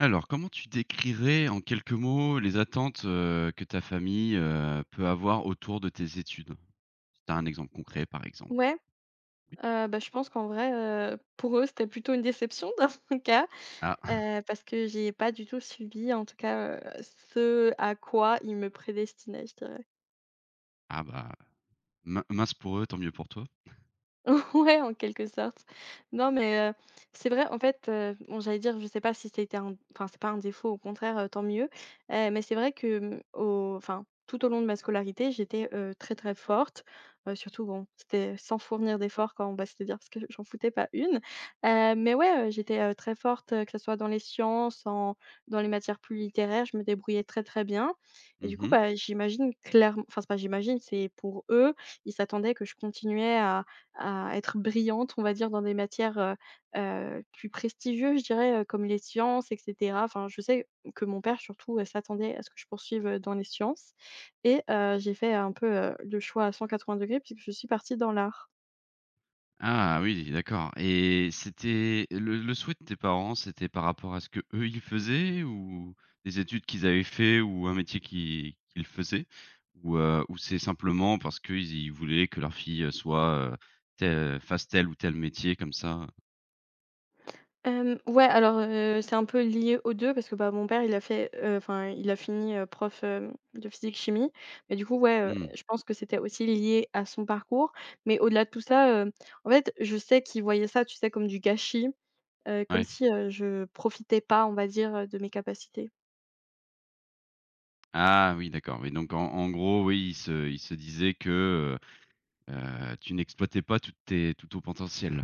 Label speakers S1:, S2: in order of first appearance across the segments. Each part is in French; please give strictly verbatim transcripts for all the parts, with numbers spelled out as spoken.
S1: Alors, comment tu décrirais en quelques mots les attentes, heu, que ta famille, heu, peut avoir autour de tes études? Si tu as un exemple concret, par exemple.
S2: Ouais,
S1: Oui.
S2: heu, bah, je pense qu'en vrai, heu, pour eux, c'était plutôt une déception dans mon cas,
S1: Ah!
S2: heu, parce que j'ai pas du tout suivi, en tout cas, heu, ce à quoi ils me prédestinaient, je dirais.
S1: Ah bah, min mince pour eux, tant mieux pour toi.
S2: Ouais, en quelque sorte. Non, mais heu, c'est vrai, en fait, heu, bon, j'allais dire, je sais pas si c'était un enfin, c'est pas un défaut, au contraire, heu, tant mieux. Heu, mais c'est vrai que, mmh, au enfin, tout au long de ma scolarité, j'étais, heu, très, très forte. Heu, surtout, bon, c'était sans fournir d'efforts quand on va se dire, parce que j'en foutais pas une. Heu, mais ouais, heu, j'étais, heu, très forte, heu, que ce soit dans les sciences, en dans les matières plus littéraires, je me débrouillais très, très bien. Et du coup,
S1: Mmh.
S2: bah, j'imagine clairement, enfin, c'est pas j'imagine, c'est pour eux, ils s'attendaient que je continuais à à être brillante, on va dire, dans des matières, heu heu, plus prestigieuses, je dirais, heu, comme les sciences et cetera. Enfin, je sais que mon père surtout, heu, s'attendait à ce que je poursuive, heu, dans les sciences et heu, j'ai fait un peu, heu, le choix à cent quatre-vingts degrés puisque je suis partie dans l'art.
S1: Ah oui, d'accord, et c'était le le souhait de tes parents? C'était par rapport à ce que eux ils faisaient, ou des études qu'ils avaient fait, ou un métier qui qu'ils faisaient? Ou, heu, ou c'est simplement parce qu'ils ils voulaient que leur fille soit, heu, tel fasse tel ou tel métier, comme ça?
S2: Hem, ouais, alors, heu, c'est un peu lié aux deux parce que, bah, mon père, il a fait, heu, enfin, il a fini, heu, prof, hem, de physique-chimie. Mais du coup, ouais, heu,
S1: Mmh,
S2: je pense que c'était aussi lié à son parcours. Mais au-delà de tout ça, heu, en fait, je sais qu'il voyait ça, tu sais, comme du gâchis. Heu, comme
S1: ouais.
S2: si, heu, je profitais pas, on va dire, heu, de mes capacités.
S1: Ah oui, d'accord. Oui, donc en en gros, oui, ils se ils se disaient que, heu tu n'exploitais pas tout tes tout ton potentiel.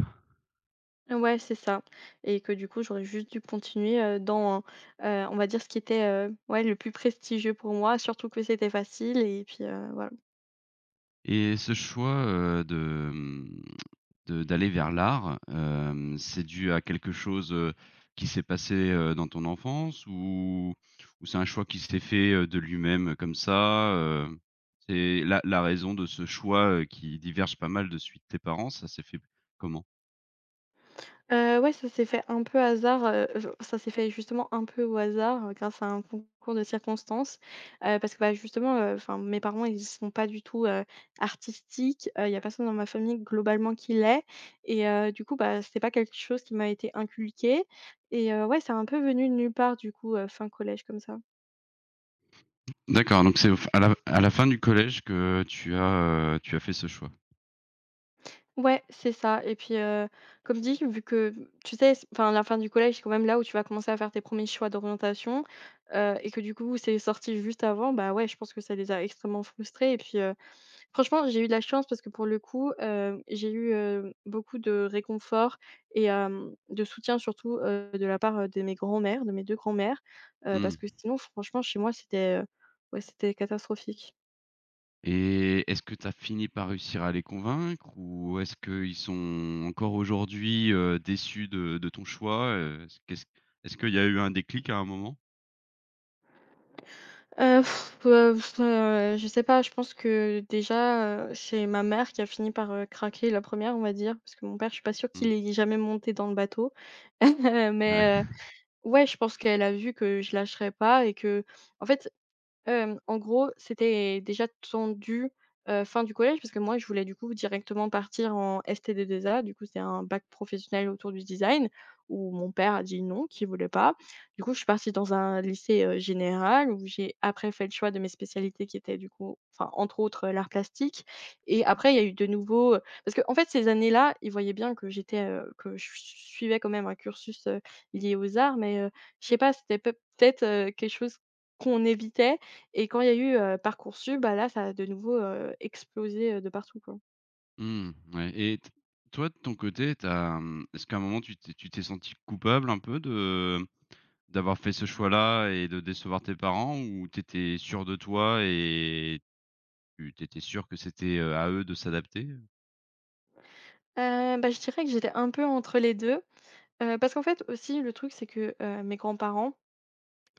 S2: Ouais, c'est ça et que du coup, j'aurais juste dû continuer, heu, dans, heu, on va dire ce qui était, heu, ouais, le plus prestigieux pour moi, surtout que c'était facile et puis, heu, voilà.
S1: Et ce choix, heu, de, mmh, de d'aller vers l'art, hem, c'est dû à quelque chose, heu, qui s'est passé, heu, dans ton enfance, ou ou c'est un choix qui s'est fait, heu, de lui-même euh, comme ça, heu? C'est la la raison de ce choix, heu, qui diverge pas mal de celui de tes parents, ça s'est fait comment?
S2: Heu, ouais, ça s'est fait un peu hasard, heu, je ça s'est fait justement un peu au hasard, heu, grâce à un concours de circonstances. Heu, parce que, bah, justement, heu, enfin, mes parents, ils sont pas du tout, heu, artistiques. Euh, il y a personne dans ma famille globalement qui l'est et heu, du coup, bah, c'était pas quelque chose qui m'a été inculqué et heu, ouais, c'est un peu venu de nulle part du coup, heu, fin collège comme ça.
S1: D'accord, donc c'est au à la à la fin du collège que tu as, heu, tu as fait ce choix.
S2: Ouais, c'est ça et puis, heu, comme dit, vu que, mmh, tu sais, c enfin, la fin du collège, c'est quand même là où tu vas commencer à faire tes premiers choix d'orientation, heu et que du coup, c'est sorti juste avant, bah, ouais, je pense que ça les a extrêmement frustrés et puis, heu, franchement, j'ai eu de la chance parce que pour le coup, heu, j'ai eu, heu, beaucoup de réconfort et hem, de soutien surtout, heu, de la part, heu, de mes grands-mères, de mes deux grands-mères, heu,
S1: Mmh.
S2: parce que sinon, franchement, chez moi, c'était, heu, ouais, c'était catastrophique.
S1: Et est-ce que tu as fini par réussir à les convaincre, ou est-ce qu'ils sont encore aujourd'hui, heu, déçus de de ton choix? Heu, est-ce qu'est-ce est-ce qu'il y a eu un déclic à un moment?
S2: Heu, heu, heu, je sais pas, je pense que déjà, heu, c'est ma mère qui a fini par, heu, craquer la première, on va dire, parce que mon père, je suis pas sûre qu'il
S1: Mmh.
S2: est jamais monté dans le bateau. Euh,
S1: Ouais.
S2: mais, heu, ouais, je pense qu'elle a vu que je lâcherais pas et que en fait. Hem, en gros, c'était déjà tendu, heu, fin du collège parce que moi, je voulais du coup directement partir en S T D deux A. Du coup, c'est un bac professionnel autour du design où mon père a dit non, qu'il voulait pas. Du coup, je suis partie dans un lycée, heu, général où j'ai après fait le choix de mes spécialités qui étaient du coup, enfin, entre autres, heu, l'art plastique et après il y a eu de nouveau, heu parce qu'en fait ces années-là, ils voyaient bien que j'étais, heu, que je suivais quand même un cursus, heu, lié aux arts mais, heu, je sais pas, c'était peut-être, heu, quelque chose qu'on évitait et quand il y a eu, heu, Parcoursup, bah, là, ça a de nouveau, heu, explosé, heu, de partout, quoi.
S1: Mmh, ouais. Et t toi, de ton côté, tu as, mmh, est-ce qu'à un moment tu t'es tu t'es sentie coupable un peu de d'avoir fait ce choix-là et de décevoir tes parents, ou t'étais sûr de toi et tu tu étais que c'était, heu, à eux de s'adapter?
S2: Heu, bah, je dirais que j'étais un peu entre les deux, heu, parce qu'en fait, aussi, le truc, c'est que, heu, mes grands-parents.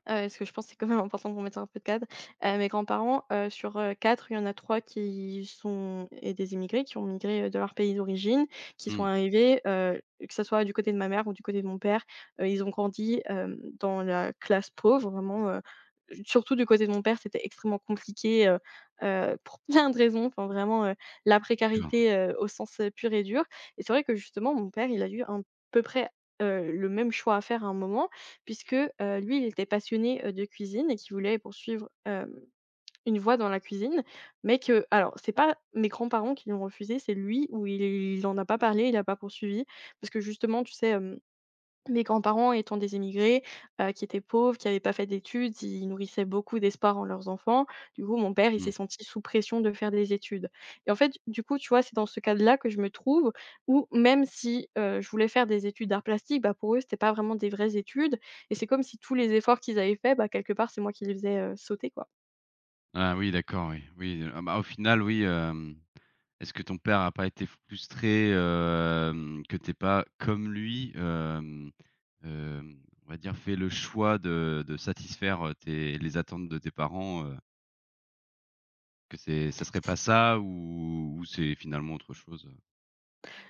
S2: Heu, parce que je pense que c'est quand même important qu'on mette un peu de cadre. Heu, mes grands-parents, heu, sur, heu, quatre, il y en a trois qui sont et des immigrés, qui ont migré, heu, de leur pays d'origine, qui sont
S1: Mmh,
S2: arrivés, heu, que ce soit du côté de ma mère ou du côté de mon père, heu, ils ont grandi, hem, dans la classe pauvre, vraiment, heu, surtout du côté de mon père, c'était extrêmement compliqué, heu heu, pour plein de raisons, enfin vraiment, heu, la
S1: d'accord.
S2: précarité, heu, au sens, heu, pur et dur et c'est vrai que justement mon père, il a eu à peu près, heu, le même choix à faire à un moment puisque, heu, lui, il était passionné, heu, de cuisine et qu'il voulait poursuivre, hem, une voie dans la cuisine, mais que alors c'est pas mes grands-parents qui l'ont refusé, c'est lui où il il en a pas parlé, il a pas poursuivi parce que justement, tu sais, mes grands-parents étant des émigrés, heu, qui étaient pauvres, qui n'avaient pas fait d'études, ils nourrissaient beaucoup d'espoir en leurs enfants. Du coup, mon père, il s'est
S1: Mmh.
S2: senti sous pression de faire des études et en fait, du coup, tu vois, c'est dans ce cadre-là que je me trouve où même si, heu, je voulais faire des études d'art plastique, bah, pour eux, c'était pas vraiment des vraies études et c'est comme si tous les efforts qu'ils avaient faits, bah, quelque part, c'est moi qui les faisais, heu, sauter, quoi.
S1: Ah oui, d'accord, oui. Oui, heu, ah bah, au final, oui, hem, est-ce que ton père a pas été frustré, hem, que tu pas comme lui, hem, hem, on va dire, fait le choix de de satisfaire, heu, tes les attentes de tes parents, heu, que c'est ça serait pas ça, ou ou c'est finalement autre chose, heu?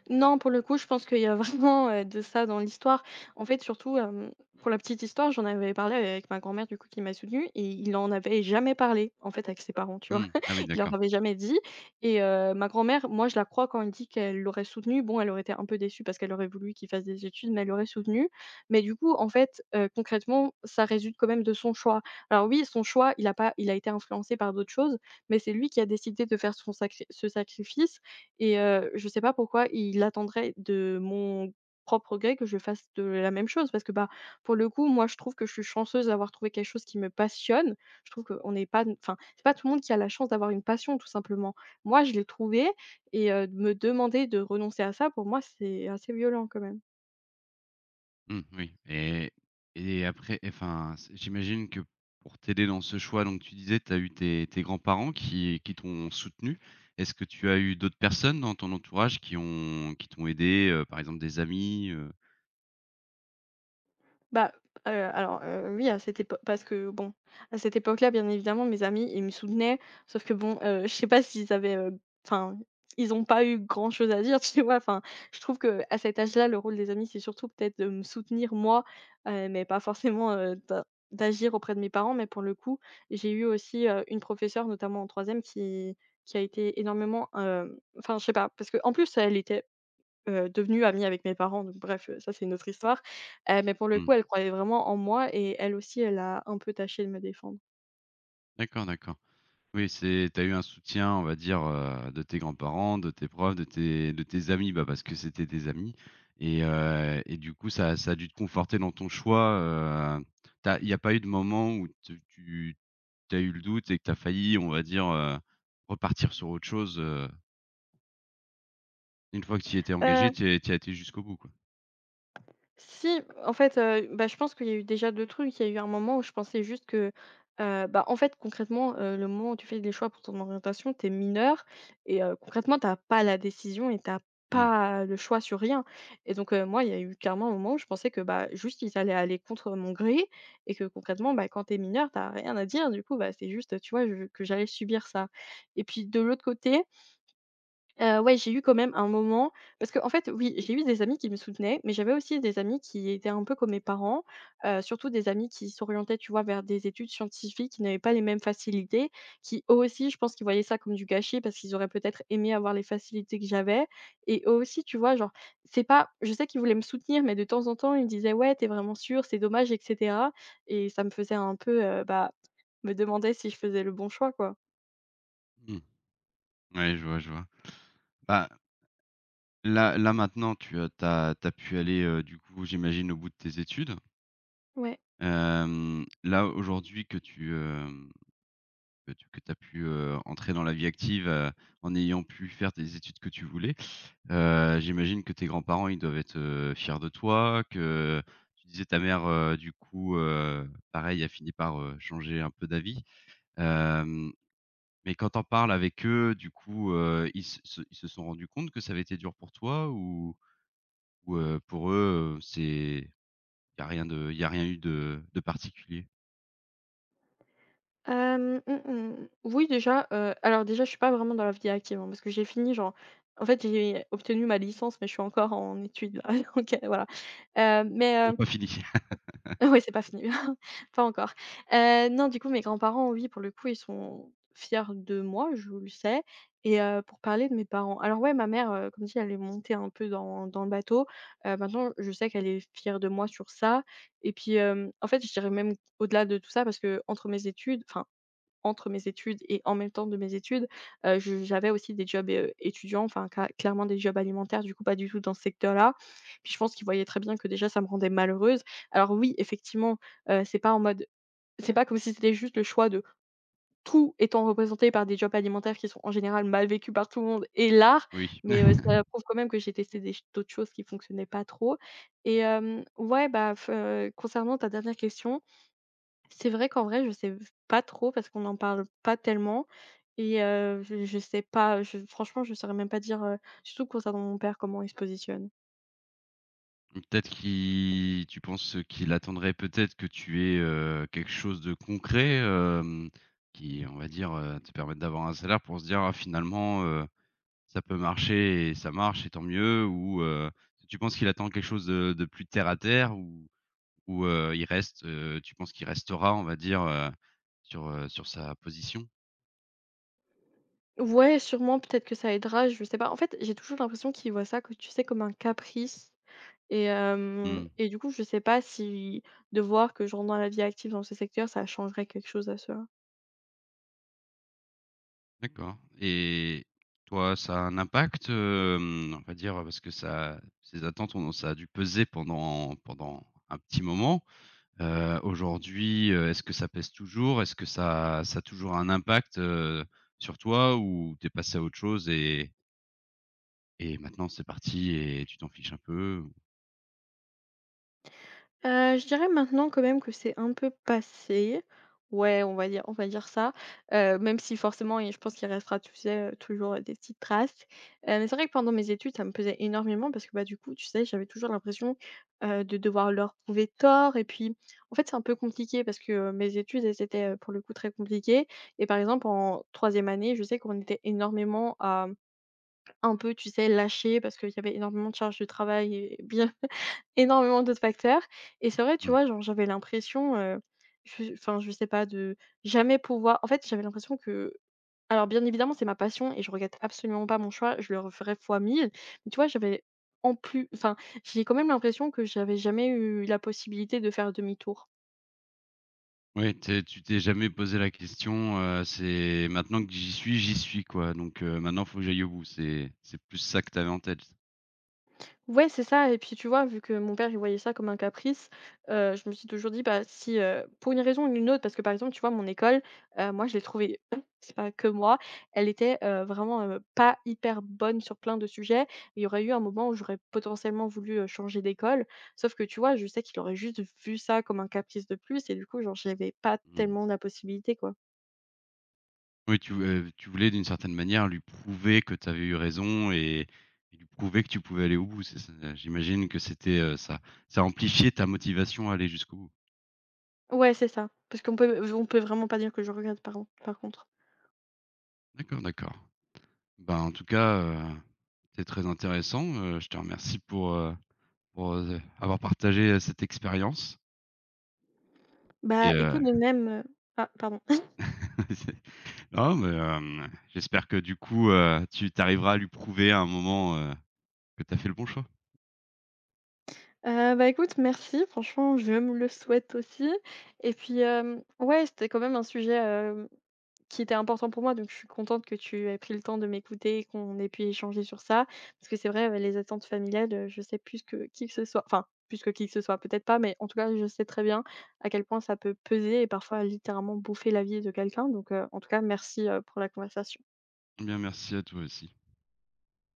S2: Non, pour le coup, je pense qu'il y a vraiment, heu, de ça dans l'histoire. En fait, surtout, hem, pour la petite histoire, j'en avais parlé avec ma grand-mère, du coup, qui m'a soutenue et il en avait jamais parlé, en fait, avec ses parents, tu vois?
S1: Mmh. Ah oui,
S2: Il leur
S1: d'accord.
S2: avait jamais dit et heu, ma grand-mère, moi, je la crois quand elle dit qu'elle l'aurait soutenu. Bon, elle aurait été un peu déçue parce qu'elle aurait voulu qu'il fasse des études, mais elle l'aurait soutenu. Mais du coup, en fait, heu, concrètement, ça résulte quand même de son choix. Alors oui, son choix, il a pas il a été influencé par d'autres choses, mais c'est lui qui a décidé de faire son sacri ce sacrifice et heu, je sais pas pourquoi il attendrait de mon propre gré que je fasse de la même chose parce que, bah, pour le coup, moi, je trouve que je suis chanceuse d'avoir trouvé quelque chose qui me passionne. Je trouve qu'on n'est pas enfin, c'est pas tout le monde qui a la chance d'avoir une passion, tout simplement. Moi, je l'ai trouvé, et heu, me demander de renoncer à ça, pour moi, c'est assez violent quand même.
S1: Mmh, oui. Et et après, enfin, c'est j'imagine que pour t'aider dans ce choix, donc tu disais, tu as eu tes tes grands-parents qui qui t'ont soutenu. Est-ce que tu as eu d'autres personnes dans ton entourage qui ont qui t'ont aidé, heu, par exemple des amis, heu?
S2: Bah, heu, alors, heu, oui, à cette épo parce que bon, à cette époque-là, bien évidemment, mes amis, ils me soutenaient, sauf que bon, heu, je sais pas s'ils avaient, heu, enfin, ils ont pas eu grand-chose à dire, tu vois? Enfin, je trouve qu'à cet âge-là, le rôle des amis, c'est surtout peut-être de me soutenir moi, heu, mais pas forcément, heu, d'a d'agir auprès de mes parents. Mais pour le coup, j'ai eu aussi, heu, une professeure, notamment en troisième qui qui a été énormément, hem, enfin, je sais pas, parce qu'en plus, elle était heu, devenue amie avec mes parents donc bref, heu, ça c'est une autre histoire. Heu, mais pour le
S1: Mmh,
S2: coup, elle croyait vraiment en moi et elle aussi, elle a un peu tâché de me défendre.
S1: d'accord, d'accord. Oui, c'est t'as eu un soutien, on va dire, heu, de tes grands-parents, de tes profs, de tes de tes amis, bah, parce que c'était tes amis, et heu et du coup ça ça a dû te conforter dans ton choix, heu, il y a pas eu de moment où tu Tu as eu le doute et que tu as failli, on va dire, heu, repartir sur autre chose, heu, une fois que tu y étais engagé, tu y es tu y as été jusqu'au bout, quoi.
S2: Si, en fait, heu, bah, je pense qu'il y a eu déjà deux trucs. Il y a eu un moment où je pensais juste que, heu, bah, en fait, concrètement, heu, le moment où tu fais des choix pour ton orientation, tu es mineure et heu, concrètement, tu as pas la décision et tu as
S1: Mmh.
S2: pas le choix sur rien et donc heu, moi, il y a eu clairement un moment où je pensais que, bah, juste, ils allaient aller contre mon gré et que concrètement, bah, quand tu es mineure, tu as rien à dire. Du coup, bah, c'est juste, tu vois, je que j'allais subir ça et puis de l'autre côté. Heu, ouais, j'ai eu quand même un moment parce que en fait, oui, j'ai eu des amis qui me soutenaient, mais j'avais aussi des amis qui étaient un peu comme mes parents, heu, surtout des amis qui s'orientaient, tu vois, vers des études scientifiques, qui n'avaient pas les mêmes facilités, qui eux aussi, je pense qu'ils voyaient ça comme du gâchis parce qu'ils auraient peut-être aimé avoir les facilités que j'avais et eux aussi, tu vois, genre, c'est pas je sais qu'ils voulaient me soutenir, mais de temps en temps, ils me disaient: «Ouais, t'es vraiment sûre? C'est dommage» et cetera, et ça me faisait un peu, heu, bah, me demander si je faisais le bon choix, quoi.
S1: Mmh. Ouais, je vois, je vois. Bah, là là, maintenant, tu as tu as tu as pu aller, heu, du coup, j'imagine, au bout de tes études.
S2: Ouais.
S1: Hem, là, aujourd'hui, que tu, hem, que tu que tu as pu, heu, entrer dans la vie active, heu, en ayant pu faire des études que tu voulais. Heu, j'imagine que tes grands-parents, ils doivent être, heu, fiers de toi, que tu disais, ta mère, heu, du coup, heu, pareil, a fini par, heu, changer un peu d'avis. Hem, mais quand tu en parles avec eux, du coup, heu, ils se se ils se sont rendus compte que ça avait été dur pour toi? Ou ou, heu, pour eux, heu, c'est, y a rien de y a rien eu de de particulier?
S2: Hem, mmh mh. Oui déjà, heu, alors déjà je suis pas vraiment dans la vie active, hein, parce que j'ai fini genre en fait j'ai obtenu ma licence mais je suis encore en études là, donc voilà. Heu, mais
S1: Toujours
S2: heu
S1: pas fini.
S2: ouais c'est pas fini, pas encore. Heu, non, du coup mes grands-parents, oui, pour le coup ils sont fiers de moi, je le sais, et heu, pour parler de mes parents, alors ouais, ma mère, heu, comme dit, elle est montée un peu dans dans le bateau. Heu, maintenant je sais qu'elle est fière de moi sur ça et puis, hem, en fait je dirais même au-delà de tout ça parce que entre mes études enfin entre mes études et en même temps de mes études, heu, je j'avais aussi des jobs, heu, étudiants, enfin ca clairement des jobs alimentaires, du coup pas du tout dans ce secteur-là. Puis je pense qu'ils voyaient très bien que déjà ça me rendait malheureuse. Alors oui, effectivement, heu, c'est pas en mode c'est pas comme si c'était juste le choix de tout étant représenté par des jobs alimentaires qui sont en général mal vécus par tout le monde et l'art,
S1: Oui.
S2: mais, heu, ça prouve quand même que j'ai testé des ch d'autres choses qui fonctionnaient pas trop. Et hem, ouais, bah, f heu, concernant ta dernière question, c'est vrai qu'en vrai, je sais v pas trop parce qu'on n'en parle pas tellement et heu, je je sais pas, je franchement, je saurais même pas dire, heu, surtout concernant mon père, comment il se positionne.
S1: Peut-être qu'il tu penses qu'il attendrait peut-être que tu aies, heu, quelque chose de concret, hem, qui, on va dire, heu, te permette d'avoir un salaire pour se dire: «Ah, finalement, heu, ça peut marcher, et ça marche, et tant mieux», ou heu, tu penses qu'il attend quelque chose de de plus terre à terre, ou ou heu, il reste, heu, tu penses qu'il restera, on va dire, heu, sur, heu, sur sa position?
S2: Ouais, sûrement, peut-être que ça aidera, je sais pas. En fait, j'ai toujours l'impression qu'il voit ça que tu sais, comme un caprice et hem
S1: Mmh.
S2: et du coup, je sais pas si de voir que je rentre dans la vie active dans ce secteur, ça changerait quelque chose à cela.
S1: D'accord. Et toi, ça a un impact, hem, on va dire, parce que ça ces attentes ont ça a dû peser pendant pendant un petit moment. Heu, aujourd'hui, heu, est-ce que ça pèse toujours? Est-ce que ça ça a toujours un impact, heu, sur toi, ou t'es passé à autre chose, et et maintenant c'est parti et tu t'en fiches un peu?
S2: Heu, je dirais maintenant quand même que c'est un peu passé. Ouais, on va dire on va dire ça. Heu, même si forcément, et je pense qu'il restera, tu sais, heu, toujours, heu, des petites traces. Heu, mais c'est vrai que pendant mes études, ça me pesait énormément parce que, bah, du coup, tu sais, j'avais toujours l'impression, heu, de devoir leur prouver tort. Et puis, en fait, c'est un peu compliqué parce que, heu, mes études, elles étaient, heu, pour le coup, très compliquées, et par exemple, en troisième année, je sais qu'on était énormément à un peu, tu sais, lâché parce qu'il y avait énormément de charges de travail et bien énormément d'autres facteurs. Et c'est vrai, tu
S1: Mmh.
S2: vois, genre, j'avais l'impression, heu, je enfin, je sais pas, de jamais pouvoir en fait, j'avais l'impression que alors bien évidemment, c'est ma passion et je regrette absolument pas mon choix, je le referais fois mille. Mais tu vois, j'avais en plus enfin, j'ai quand même l'impression que j'avais jamais eu la possibilité de faire demi-tour.
S1: Ouais, tu tu t'es jamais posé la question, heu, c'est maintenant que j'y suis, j'y suis, quoi, donc heu, maintenant il faut que j'aille au bout. C'est c'est plus ça que tu avais en tête?
S2: Ouais, c'est ça, et puis tu vois, vu que mon père, il voyait ça comme un caprice, heu, je me suis toujours dit: «Bah, si, heu, pour une raison ou une autre» parce que, par exemple, tu vois, mon école, heu, moi, je l'ai trouvée c'est pas que moi, elle était, heu, vraiment, heu, pas hyper bonne sur plein de sujets. Il y aurait eu un moment où j'aurais potentiellement voulu, heu, changer d'école, sauf que, tu vois, je sais qu'il aurait juste vu ça comme un caprice de plus et du coup, genre, j'avais pas
S1: Mmh.
S2: tellement la possibilité, quoi.
S1: Oui, tu, heu, tu voulais d'une certaine manière lui prouver que tu avais eu raison, et et lui prouver que tu pouvais aller au bout, c'est ça? euh, J'imagine que c'était, heu, ça ça amplifiait ta motivation à aller jusqu'au bout.
S2: Ouais, c'est ça, parce qu'on peut on peut vraiment pas dire que je regrette, par par contre.
S1: D'accord, d'accord. Ben, en tout cas, heu, c'était très intéressant, heu, je te remercie pour, heu, pour, heu, avoir partagé, heu, cette expérience et
S2: Bah,
S1: heu,
S2: écoute, de même, heu ah, pardon.
S1: c'est non, mais hem, j'espère que du coup, heu, tu tu arriveras à lui prouver à un moment, heu, que tu as fait le bon choix.
S2: Heu, bah, écoute, merci. Franchement, je me le souhaite aussi. Et puis, hem, ouais, c'était quand même un sujet, hem, qui était important pour moi, donc je suis contente que tu aies pris le temps de m'écouter et qu'on ait pu échanger sur ça. Parce que c'est vrai, heu, les attentes familiales, heu, je sais plus que qui que ce soit enfin, plus que qui que ce soit, peut-être pas, mais en tout cas, je sais très bien à quel point ça peut peser et parfois littéralement bouffer la vie de quelqu'un, donc heu, en tout cas, merci, heu, pour la conversation.
S1: Eh bien, merci à toi aussi.